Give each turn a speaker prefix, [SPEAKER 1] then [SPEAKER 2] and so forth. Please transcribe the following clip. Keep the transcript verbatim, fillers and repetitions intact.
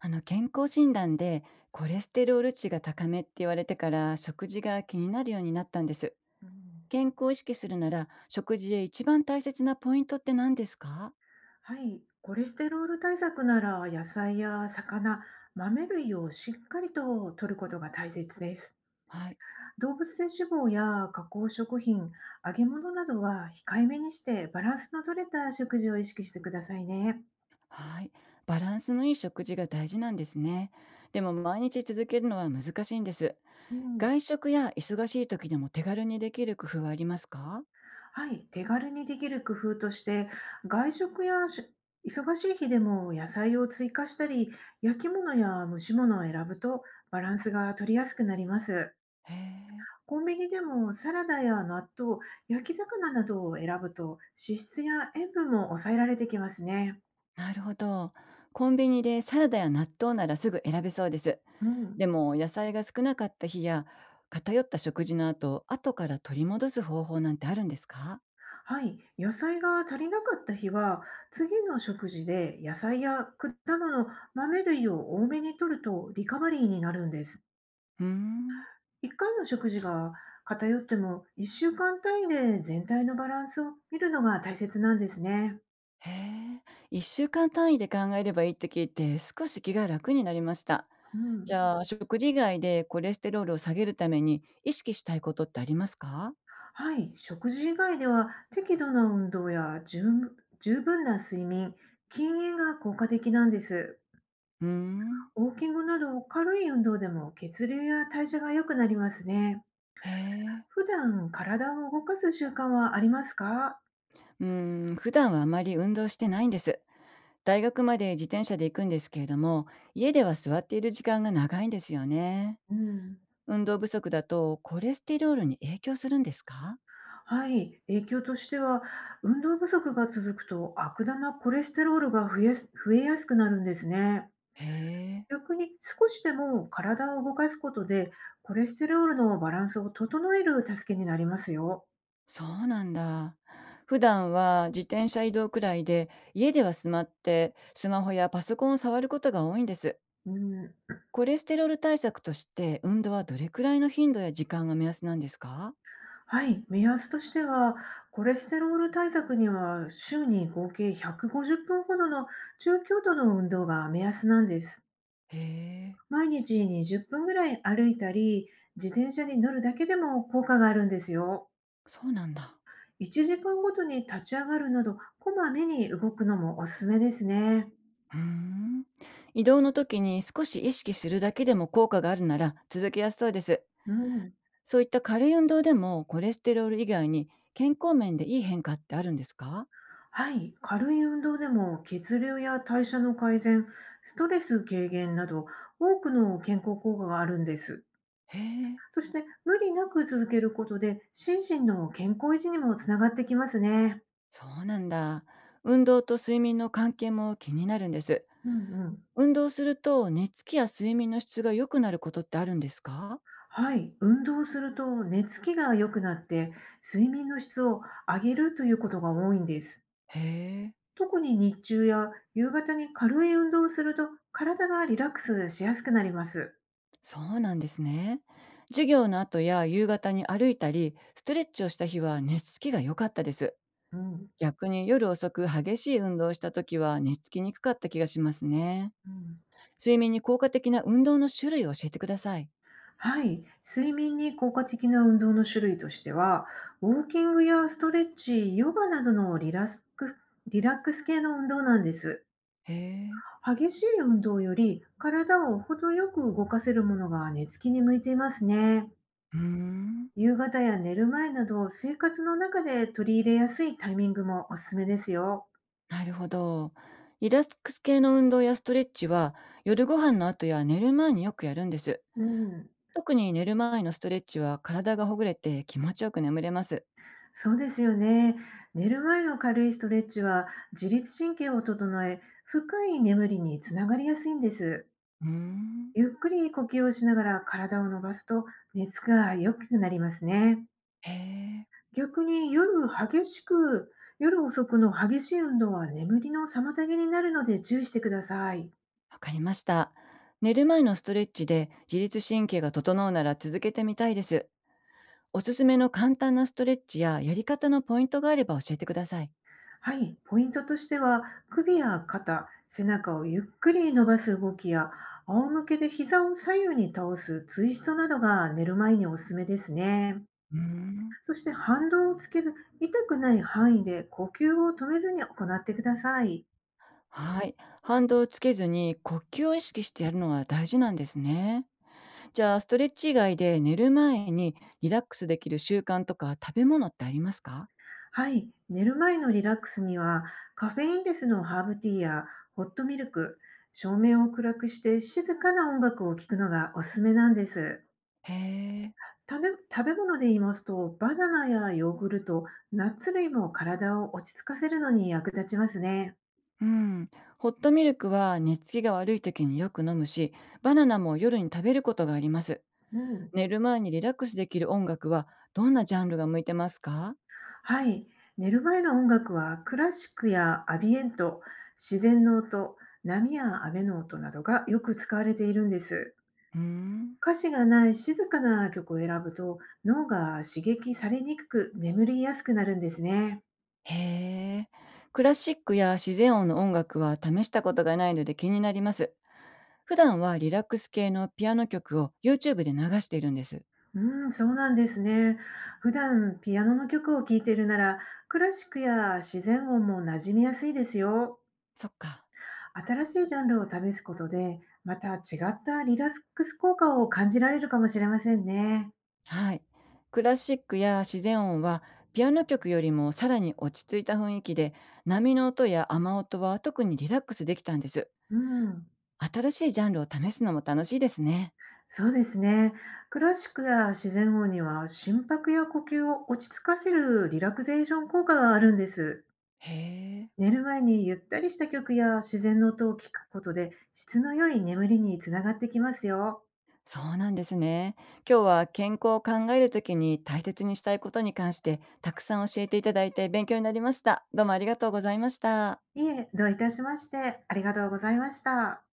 [SPEAKER 1] あの健康診断でコレステロール値が高めって言われてから食事が気になるようになったんです。
[SPEAKER 2] うん、
[SPEAKER 1] 健康を意識するなら食事で一番大切なポイントって何ですか？
[SPEAKER 2] はい、コレステロール対策なら野菜や魚、豆類をしっかりと摂ることが大切です。
[SPEAKER 1] はい。
[SPEAKER 2] 動物性脂肪や加工食品、揚げ物などは控えめにして、バランスの取れた食事を意識してくださいね。
[SPEAKER 1] はい。バランスのいい食事が大事なんですね。でも毎日続けるのは難しいんです。
[SPEAKER 2] うん、
[SPEAKER 1] 外食や忙しい時でも手軽にできる工夫はありますか？
[SPEAKER 2] はい、手軽にできる工夫として、外食やし忙しい日でも野菜を追加したり、焼き物や蒸し物を選ぶとバランスが取りやすくなります。
[SPEAKER 1] へえ。
[SPEAKER 2] コンビニでもサラダや納豆、焼き魚などを選ぶと、脂質や塩分も抑えられてきますね。
[SPEAKER 1] なるほど。コンビニでサラダや納豆ならすぐ選べそうです。
[SPEAKER 2] うん、
[SPEAKER 1] でも野菜が少なかった日や偏った食事の後、後から取り戻す方法なんてあるんですか？
[SPEAKER 2] はい、野菜が足りなかった日は、次の食事で野菜や果物、豆類を多めに摂るとリカバリーになるんです。
[SPEAKER 1] うーん。
[SPEAKER 2] 一回の食事が偏っても、いっしゅうかん単位で全体のバランスを見るのが大切なんですね。
[SPEAKER 1] へえ。いっしゅうかん単位で考えればいいって聞いて少し気が楽になりました。
[SPEAKER 2] う
[SPEAKER 1] じ
[SPEAKER 2] ん、
[SPEAKER 1] ゃあ食事以外でコレステロールを下げるために意識したいことってありますか？
[SPEAKER 2] はい、食事以外では適度な運動や十分十分な睡眠、禁煙が効果的なんです。
[SPEAKER 1] うーん。
[SPEAKER 2] ウォーキングなど軽い運動でも、血流や代謝が良くなりますね。
[SPEAKER 1] へえ。
[SPEAKER 2] 普段体を動かす習慣はありますか？
[SPEAKER 1] うーん。普段はあまり運動してないんです。大学まで自転車で行くんですけれども、家では座っている時間が長いんですよね。
[SPEAKER 2] うん、
[SPEAKER 1] 運動不足だとコレステロールに影響するんですか？
[SPEAKER 2] はい、影響としては、運動不足が続くと悪玉コレステロールが増えやす増えやすくなるんですね。
[SPEAKER 1] へえ、
[SPEAKER 2] 逆に少しでも体を動かすことで、コレステロールのバランスを整える助けになりますよ。
[SPEAKER 1] そうなんだ。普段は自転車移動くらいで、家ではスマって、スマホやパソコンを触ることが多いんです。
[SPEAKER 2] うん、
[SPEAKER 1] コレステロール対策として運動はどれくらいの頻度や時間が目安なんですか？
[SPEAKER 2] はい、目安としては、コレステロール対策には週に合計ひゃくごじゅっぷんほどの中強度の運動が目安なんです。
[SPEAKER 1] へえ、
[SPEAKER 2] 毎日にじゅっぷんぐらい歩いたり、自転車に乗るだけでも効果があるんですよ。
[SPEAKER 1] そうなんだ。
[SPEAKER 2] いちじかんごとに立ち上がるなど、こまめに動くのもおすすめですね。
[SPEAKER 1] うーん。移動の時に少し意識するだけでも効果があるなら続けやすそうです。
[SPEAKER 2] うん、
[SPEAKER 1] そういった軽い運動でもコレステロール以外に健康面でいい変化ってあるんですか？
[SPEAKER 2] はい、軽い運動でも血流や代謝の改善、ストレス軽減など多くの健康効果があるんです。
[SPEAKER 1] へえ、
[SPEAKER 2] そして無理なく続けることで、心身の健康維持にもつながってきますね。
[SPEAKER 1] そうなんだ。運動と睡眠の関係も気になるんです。
[SPEAKER 2] うんうん。
[SPEAKER 1] 運動すると寝つきや睡眠の質が良くなることってあるんですか？
[SPEAKER 2] はい、運動すると寝つきが良くなって、睡眠の質を上げるということが多いんです。
[SPEAKER 1] へえ、
[SPEAKER 2] 特に日中や夕方に軽い運動をすると、体がリラックスしやすくなります。
[SPEAKER 1] そうなんですね。授業の後や夕方に歩いたり、ストレッチをした日は寝つきが良かったです。
[SPEAKER 2] うん、
[SPEAKER 1] 逆に夜遅く激しい運動をした時は寝つきにくかった気がしますね。
[SPEAKER 2] うん、
[SPEAKER 1] 睡眠に効果的な運動の種類を教えてください。
[SPEAKER 2] はい、睡眠に効果的な運動の種類としては、ウォーキングやストレッチ、ヨガなどのリラスクリラックス系の運動なんです。
[SPEAKER 1] へえ。
[SPEAKER 2] 激しい運動より体を程よく動かせるものが寝つきに向いていますね。
[SPEAKER 1] うーん。
[SPEAKER 2] 夕方や寝る前など、生活の中で取り入れやすいタイミングもおすすめですよ。
[SPEAKER 1] なるほど。リラックス系の運動やストレッチは夜ご飯の後や寝る前によくやるんです。
[SPEAKER 2] うん、
[SPEAKER 1] 特に寝る前のストレッチは体がほぐれて気持ちよく眠れます。
[SPEAKER 2] そうですよね。寝る前の軽いストレッチは、自律神経を整え、深い眠りにつながりやすいんです。
[SPEAKER 1] うーん。
[SPEAKER 2] ゆっくり呼吸をしながら体を伸ばすと、熱が良くなりますね。
[SPEAKER 1] へえ。
[SPEAKER 2] 逆に夜激しく、夜遅くの激しい運動は眠りの妨げになるので注意してください。
[SPEAKER 1] わかりました。寝る前のストレッチで自律神経が整うなら続けてみたいです。おすすめの簡単なストレッチややり方のポイントがあれば教えてください。
[SPEAKER 2] はい、ポイントとしては、首や肩、背中をゆっくり伸ばす動きや、仰向けで膝を左右に倒すツイストなどが寝る前におすすめですね。
[SPEAKER 1] うーん。
[SPEAKER 2] そして反動をつけず、痛くない範囲で呼吸を止めずに行ってください。
[SPEAKER 1] はい。反動をつけずに呼吸を意識してやるのは大事なんですね。じゃあ、ストレッチ以外で寝る前にリラックスできる習慣とか食べ物ってありますか？
[SPEAKER 2] はい、寝る前のリラックスには、カフェインレスのハーブティーやホットミルク、照明を暗くして静かな音楽を聴くのがおすすめなんです。
[SPEAKER 1] へえ。
[SPEAKER 2] 食べ食べ物で言いますと、バナナやヨーグルト、ナッツ類も体を落ち着かせるのに役立ちますね。
[SPEAKER 1] うん。ホットミルクは寝つきが悪い時によく飲むし、バナナも夜に食べることがあります。
[SPEAKER 2] うん、
[SPEAKER 1] 寝る前にリラックスできる音楽はどんなジャンルが向いてますか？
[SPEAKER 2] はい、寝る前の音楽はクラシックやアビエント、自然の音、波や雨の音などがよく使われているんです。
[SPEAKER 1] うーん。
[SPEAKER 2] 歌詞がない静かな曲を選ぶと、脳が刺激されにくく眠りやすくなるんですね。
[SPEAKER 1] へえ。クラシックや自然音の音楽は試したことがないので気になります。普段はリラックス系のピアノ曲を YouTube で流しているんです。
[SPEAKER 2] うん、そうなんですね。普段ピアノの曲を聴いているなら、クラシックや自然音も馴染みやすいですよ。
[SPEAKER 1] そっか。
[SPEAKER 2] 新しいジャンルを試すことで、また違ったリラックス効果を感じられるかもしれませんね。
[SPEAKER 1] はい。クラシックや自然音はピアノ曲よりもさらに落ち着いた雰囲気で、波の音や雨音は特にリラックスできたんです。
[SPEAKER 2] うん、
[SPEAKER 1] 新しいジャンルを試すのも楽しいですね。
[SPEAKER 2] そうですね。クラシックや自然音には、心拍や呼吸を落ち着かせるリラクゼーション効果があるんです。
[SPEAKER 1] へえ。
[SPEAKER 2] 寝る前にゆったりした曲や自然の音を聞くことで、質の良い眠りにつながってきますよ。
[SPEAKER 1] そうなんですね。今日は健康を考えるときに大切にしたいことに関してたくさん教えていただいて勉強になりました。どうもありがとうございました。
[SPEAKER 2] いえ、どういたしまして、ありがとうございました。